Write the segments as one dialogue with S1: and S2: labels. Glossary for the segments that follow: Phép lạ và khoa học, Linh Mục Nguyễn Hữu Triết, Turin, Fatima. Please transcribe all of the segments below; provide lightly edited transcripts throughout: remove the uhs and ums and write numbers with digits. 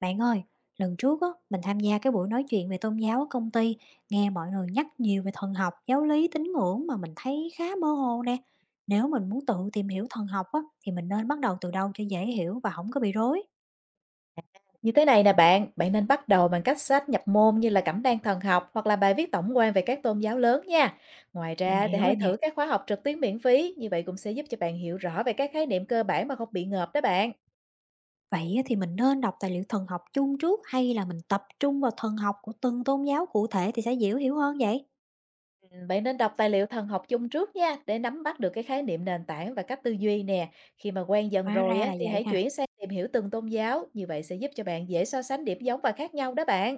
S1: Bạn ơi, lần trước á, mình tham gia cái buổi nói chuyện về tôn giáo ở công ty, nghe mọi người nhắc nhiều về thần học, giáo lý, tín ngưỡng mà mình thấy khá mơ hồ nè. Nếu mình muốn tự tìm hiểu thần học á, thì mình nên bắt đầu từ đâu cho dễ hiểu và không có bị rối.
S2: Như thế này nè bạn, bạn nên bắt đầu bằng các sách nhập môn như là Cẩm nang thần học hoặc là bài viết tổng quan về các tôn giáo lớn nha. Ngoài
S1: Mình
S2: ra thì
S1: hiểu rồi
S2: hãy
S1: nè.
S2: thử các khóa học trực tuyến miễn phí, như vậy cũng sẽ giúp cho bạn hiểu rõ về các khái niệm cơ bản mà không bị ngợp đó bạn.
S1: Vậy á, thì mình nên đọc tài liệu thần học chung trước hay là mình tập trung vào thần học của từng tôn giáo cụ thể thì sẽ dễ hiểu hơn vậy?
S2: Ừ, bạn nên đọc tài liệu thần học chung trước nha, để nắm bắt được cái khái niệm nền tảng và cách tư duy nè. Khi mà quen dần
S1: Hóa
S2: rồi
S1: ra
S2: á,
S1: là
S2: thì
S1: vậy
S2: hãy
S1: ha.
S2: chuyển sang tìm hiểu từng tôn giáo, như vậy sẽ giúp cho bạn dễ so sánh điểm giống và khác nhau đó bạn.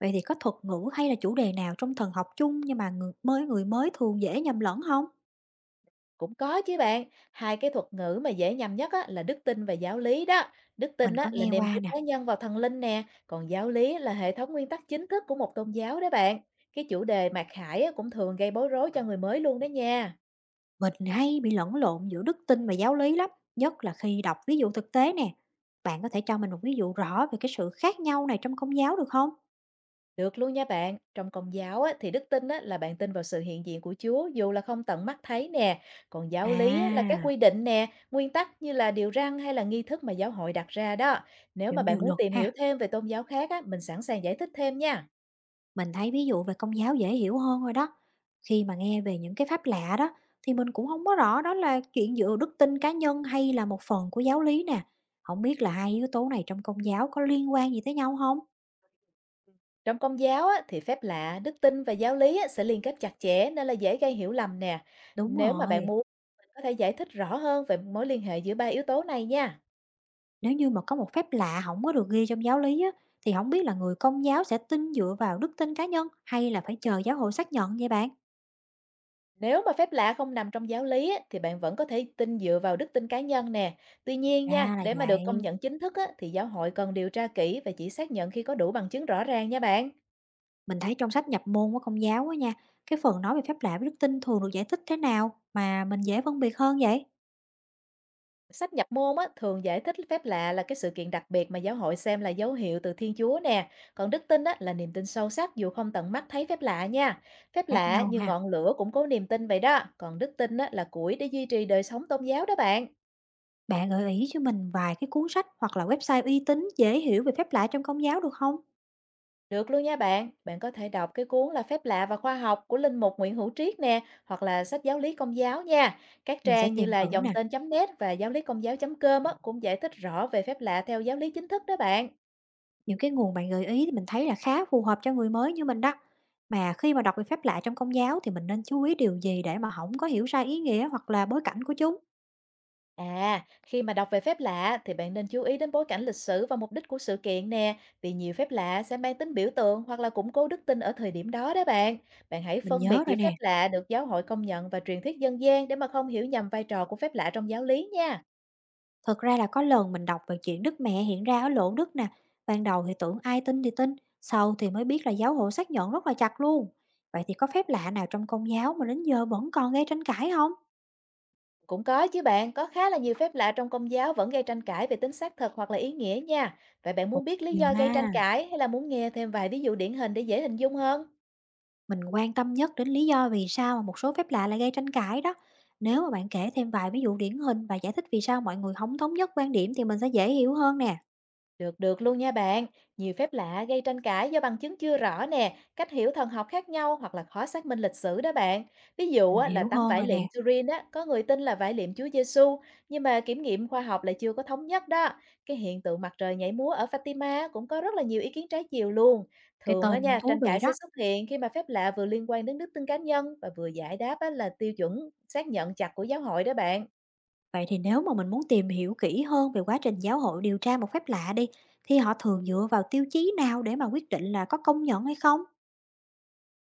S1: Vậy thì có thuật ngữ hay là chủ đề nào trong thần học chung nhưng mà người mới thường dễ nhầm lẫn không?
S2: Cũng có chứ bạn, hai cái thuật ngữ mà dễ nhầm nhất á, là đức tin và giáo lý đó. Đức
S1: Mình
S2: tin á,
S1: có
S2: là
S1: nghe
S2: niềm
S1: qua
S2: tin
S1: nè.
S2: cá nhân vào thần linh nè, còn giáo lý là hệ thống nguyên tắc chính thức của một tôn giáo đó bạn. Cái chủ đề mặc khải á, cũng thường gây bối rối cho người mới luôn đó nha.
S1: Mình hay bị lẫn lộn giữa đức tin và giáo lý lắm, nhất là khi đọc ví dụ thực tế nè. Bạn có thể cho mình một ví dụ rõ về cái sự khác nhau này trong công giáo được không?
S2: Được luôn nha bạn, trong công giáo á, thì đức tin á, là bạn tin vào sự hiện diện của Chúa dù là không tận mắt thấy nè. Còn giáo
S1: À,
S2: lý á, là các quy định nè, nguyên tắc như là điều răn hay là nghi thức mà giáo hội đặt ra đó. Nếu
S1: kiểu
S2: mà bạn
S1: điều
S2: muốn
S1: luật
S2: tìm hiểu
S1: ha.
S2: thêm về tôn giáo khác á, mình sẵn sàng giải thích thêm nha.
S1: Mình thấy ví dụ về công giáo dễ hiểu hơn rồi đó. Khi mà nghe về những cái pháp lạ đó, thì mình cũng không có rõ đó là chuyện dựa đức tin cá nhân hay là một phần của giáo lý nè. Không biết là hai yếu tố này trong công giáo có liên quan gì tới nhau không?
S2: Trong công giáo á, thì phép lạ, đức tin và giáo lý á, sẽ liên kết chặt chẽ nên là dễ gây hiểu lầm nè.
S1: Đúng
S2: Nếu mà bạn
S1: rồi.
S2: muốn, mình có thể giải thích rõ hơn về mối liên hệ giữa ba yếu tố này nha.
S1: Nếu như mà có một phép lạ không có được ghi trong giáo lý á, thì không biết là người Công giáo sẽ tin dựa vào đức tin cá nhân hay là phải chờ giáo hội xác nhận vậy bạn?
S2: Nếu mà phép lạ không nằm trong giáo lý á, thì bạn vẫn có thể tin dựa vào đức tin cá nhân nè. Tuy nhiên nha,
S1: Ra là
S2: để mà được công
S1: vậy.
S2: nhận chính thức á, thì giáo hội cần điều tra kỹ và chỉ xác nhận khi có đủ bằng chứng rõ ràng nha bạn.
S1: Mình thấy trong sách nhập môn của Công giáo á nha, cái phần nói về phép lạ với đức tin thường được giải thích thế nào mà mình dễ phân biệt hơn vậy?
S2: Sách nhập môn á, thường giải thích phép lạ là cái sự kiện đặc biệt mà giáo hội xem là dấu hiệu từ Thiên Chúa nè. Còn đức tin á, là niềm tin sâu sắc dù không tận mắt thấy phép lạ nha. Phép
S1: Khác
S2: lạ
S1: nhau
S2: như
S1: ha.
S2: ngọn lửa cũng có niềm tin vậy đó. Còn đức tin á, là củi để duy trì đời sống tôn giáo đó bạn.
S1: Bạn gợi ý cho mình vài cái cuốn sách hoặc là website uy tín dễ hiểu về phép lạ trong Công giáo được không?
S2: Được luôn nha bạn. Bạn có thể đọc cái cuốn là Phép lạ và khoa học của Linh Mục Nguyễn Hữu Triết nè, hoặc là sách giáo lý công giáo nha. Các
S1: Mình sẽ
S2: trang như
S1: tìm
S2: là
S1: thử
S2: dòng
S1: nè.
S2: tên.net và giáo lý công giáo.com á, cũng giải thích rõ về phép lạ theo giáo lý chính thức đó bạn.
S1: Những cái nguồn bạn gợi ý thì mình thấy là khá phù hợp cho người mới như mình đó. Mà khi mà đọc về phép lạ trong công giáo thì mình nên chú ý điều gì để mà không có hiểu sai ý nghĩa hoặc là bối cảnh của chúng?
S2: À, khi mà đọc về phép lạ thì bạn nên chú ý đến bối cảnh lịch sử và mục đích của sự kiện nè, vì nhiều phép lạ sẽ mang tính biểu tượng hoặc là củng cố đức tin ở thời điểm đó đó bạn. Bạn hãy
S1: Mình
S2: phân
S1: nhớ
S2: biệt giữa
S1: rồi
S2: phép
S1: nè,
S2: lạ được giáo hội công nhận và truyền thuyết dân gian để mà không hiểu nhầm vai trò của phép lạ trong giáo lý nha.
S1: thật ra là có lần mình đọc về chuyện Đức Mẹ hiện ra ở lộ Đức nè. Ban đầu thì tưởng ai tin thì tin, sau thì mới biết là giáo hội xác nhận rất là chặt luôn. Vậy thì có phép lạ nào trong công giáo mà đến giờ vẫn còn gây tranh cãi không?
S2: Cũng có chứ bạn, có khá là nhiều phép lạ trong công giáo vẫn gây tranh cãi về tính xác thực hoặc là ý nghĩa nha. Vậy bạn
S1: Cũng
S2: muốn biết lý
S1: nhiều
S2: do
S1: ha.
S2: gây tranh cãi hay là muốn nghe thêm vài ví dụ điển hình để dễ hình dung hơn?
S1: Mình quan tâm nhất đến lý do vì sao mà một số phép lạ lại gây tranh cãi đó. Nếu mà bạn kể thêm vài ví dụ điển hình và giải thích vì sao mọi người không thống nhất quan điểm thì mình sẽ dễ hiểu hơn nè.
S2: Được được luôn nha bạn. Nhiều phép lạ gây tranh cãi do bằng chứng chưa rõ nè, cách hiểu thần học khác nhau hoặc là khó xác minh lịch sử đó bạn. Ví dụ
S1: Mình
S2: á, là
S1: hiểu
S2: tấm
S1: hơn
S2: vải
S1: rồi
S2: liệm
S1: nè.
S2: Turin á, có người tin là vải liệm Chúa Giêsu, nhưng mà kiểm nghiệm khoa học lại chưa có thống nhất đó. Cái hiện tượng mặt trời nhảy múa ở Fatima cũng có rất là nhiều ý kiến trái chiều luôn.
S1: Cái
S2: Thường á
S1: tên cũng
S2: nha,
S1: thú
S2: tranh
S1: vị
S2: cãi sẽ
S1: đó.
S2: xuất hiện khi mà phép lạ vừa liên quan đến đức tin cá nhân và vừa giải đáp á, là tiêu chuẩn xác nhận chặt của giáo hội đó bạn.
S1: Vậy thì nếu mà mình muốn tìm hiểu kỹ hơn về quá trình giáo hội điều tra một phép lạ đi, thì họ thường dựa vào tiêu chí nào để mà quyết định là có công nhận hay không?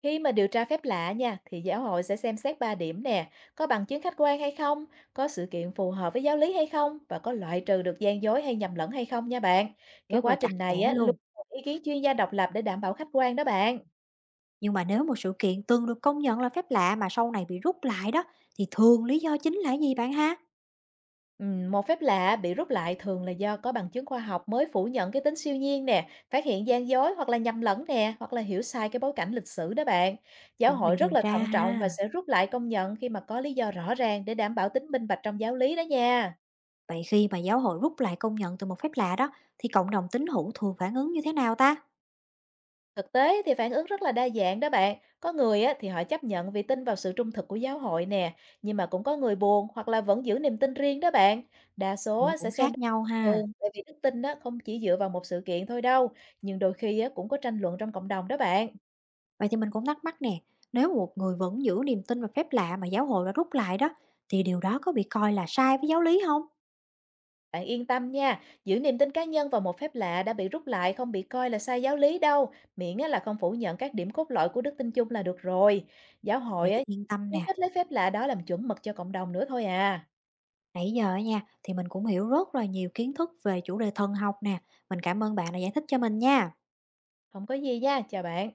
S2: Khi mà điều tra phép lạ nha, thì giáo hội sẽ xem xét 3 điểm nè, có bằng chứng khách quan hay không, có sự kiện phù hợp với giáo lý hay không và có loại trừ được gian dối hay nhầm lẫn hay không nha bạn. Cái
S1: Rất
S2: quá
S1: là chặt
S2: trình
S1: chẽ
S2: này á luôn
S1: luôn.
S2: có ý kiến chuyên gia độc lập để đảm bảo khách quan đó bạn.
S1: Nhưng mà nếu một sự kiện từng được công nhận là phép lạ mà sau này bị rút lại đó, thì thường lý do chính là gì bạn ha?
S2: Một phép lạ bị rút lại thường là do có bằng chứng khoa học mới phủ nhận cái tính siêu nhiên nè, phát hiện gian dối hoặc là nhầm lẫn nè, hoặc là hiểu sai cái bối cảnh lịch sử đó bạn. Giáo
S1: Cũng
S2: hội
S1: bị
S2: rất
S1: điều
S2: là
S1: tra
S2: thận trọng
S1: ha.
S2: và sẽ rút lại công nhận khi mà có lý do rõ ràng để đảm bảo tính minh bạch trong giáo lý đó nha.
S1: Vậy khi mà giáo hội rút lại công nhận từ một phép lạ đó, thì cộng đồng tín hữu thường phản ứng như thế nào ta?
S2: Thực tế thì phản ứng rất là đa dạng đó bạn. Có người á, thì họ chấp nhận vì tin vào sự trung thực của giáo hội nè, nhưng mà cũng có người buồn hoặc là vẫn giữ niềm tin riêng đó bạn. Đa số
S1: Kiểu
S2: á, sẽ
S1: cũng
S2: xem đó
S1: khác
S2: là
S1: nhau
S2: bình
S1: ha.
S2: thường, tại vì đức tin á, không chỉ dựa vào một sự kiện thôi đâu, nhưng đôi khi á, cũng có tranh luận trong cộng đồng đó bạn.
S1: Vậy thì mình cũng thắc mắc nè, nếu một người vẫn giữ niềm tin vào phép lạ mà giáo hội đã rút lại đó, thì điều đó có bị coi là sai với giáo lý không?
S2: Bạn yên tâm nha, giữ niềm tin cá nhân vào một phép lạ đã bị rút lại không bị coi là sai giáo lý đâu, miễn á, là không phủ nhận các điểm cốt lõi của đức tin chung là được rồi. Giáo
S1: Vậy
S2: hội á,
S1: thì yên tâm
S2: khuyến
S1: nè,
S2: khích lấy phép lạ đó làm chuẩn mực cho cộng đồng nữa thôi à.
S1: nãy giờ á nha, thì mình cũng hiểu rất là nhiều kiến thức về chủ đề thần học nè. Mình cảm ơn bạn đã giải thích cho mình nha.
S2: Không có gì nha, chào bạn.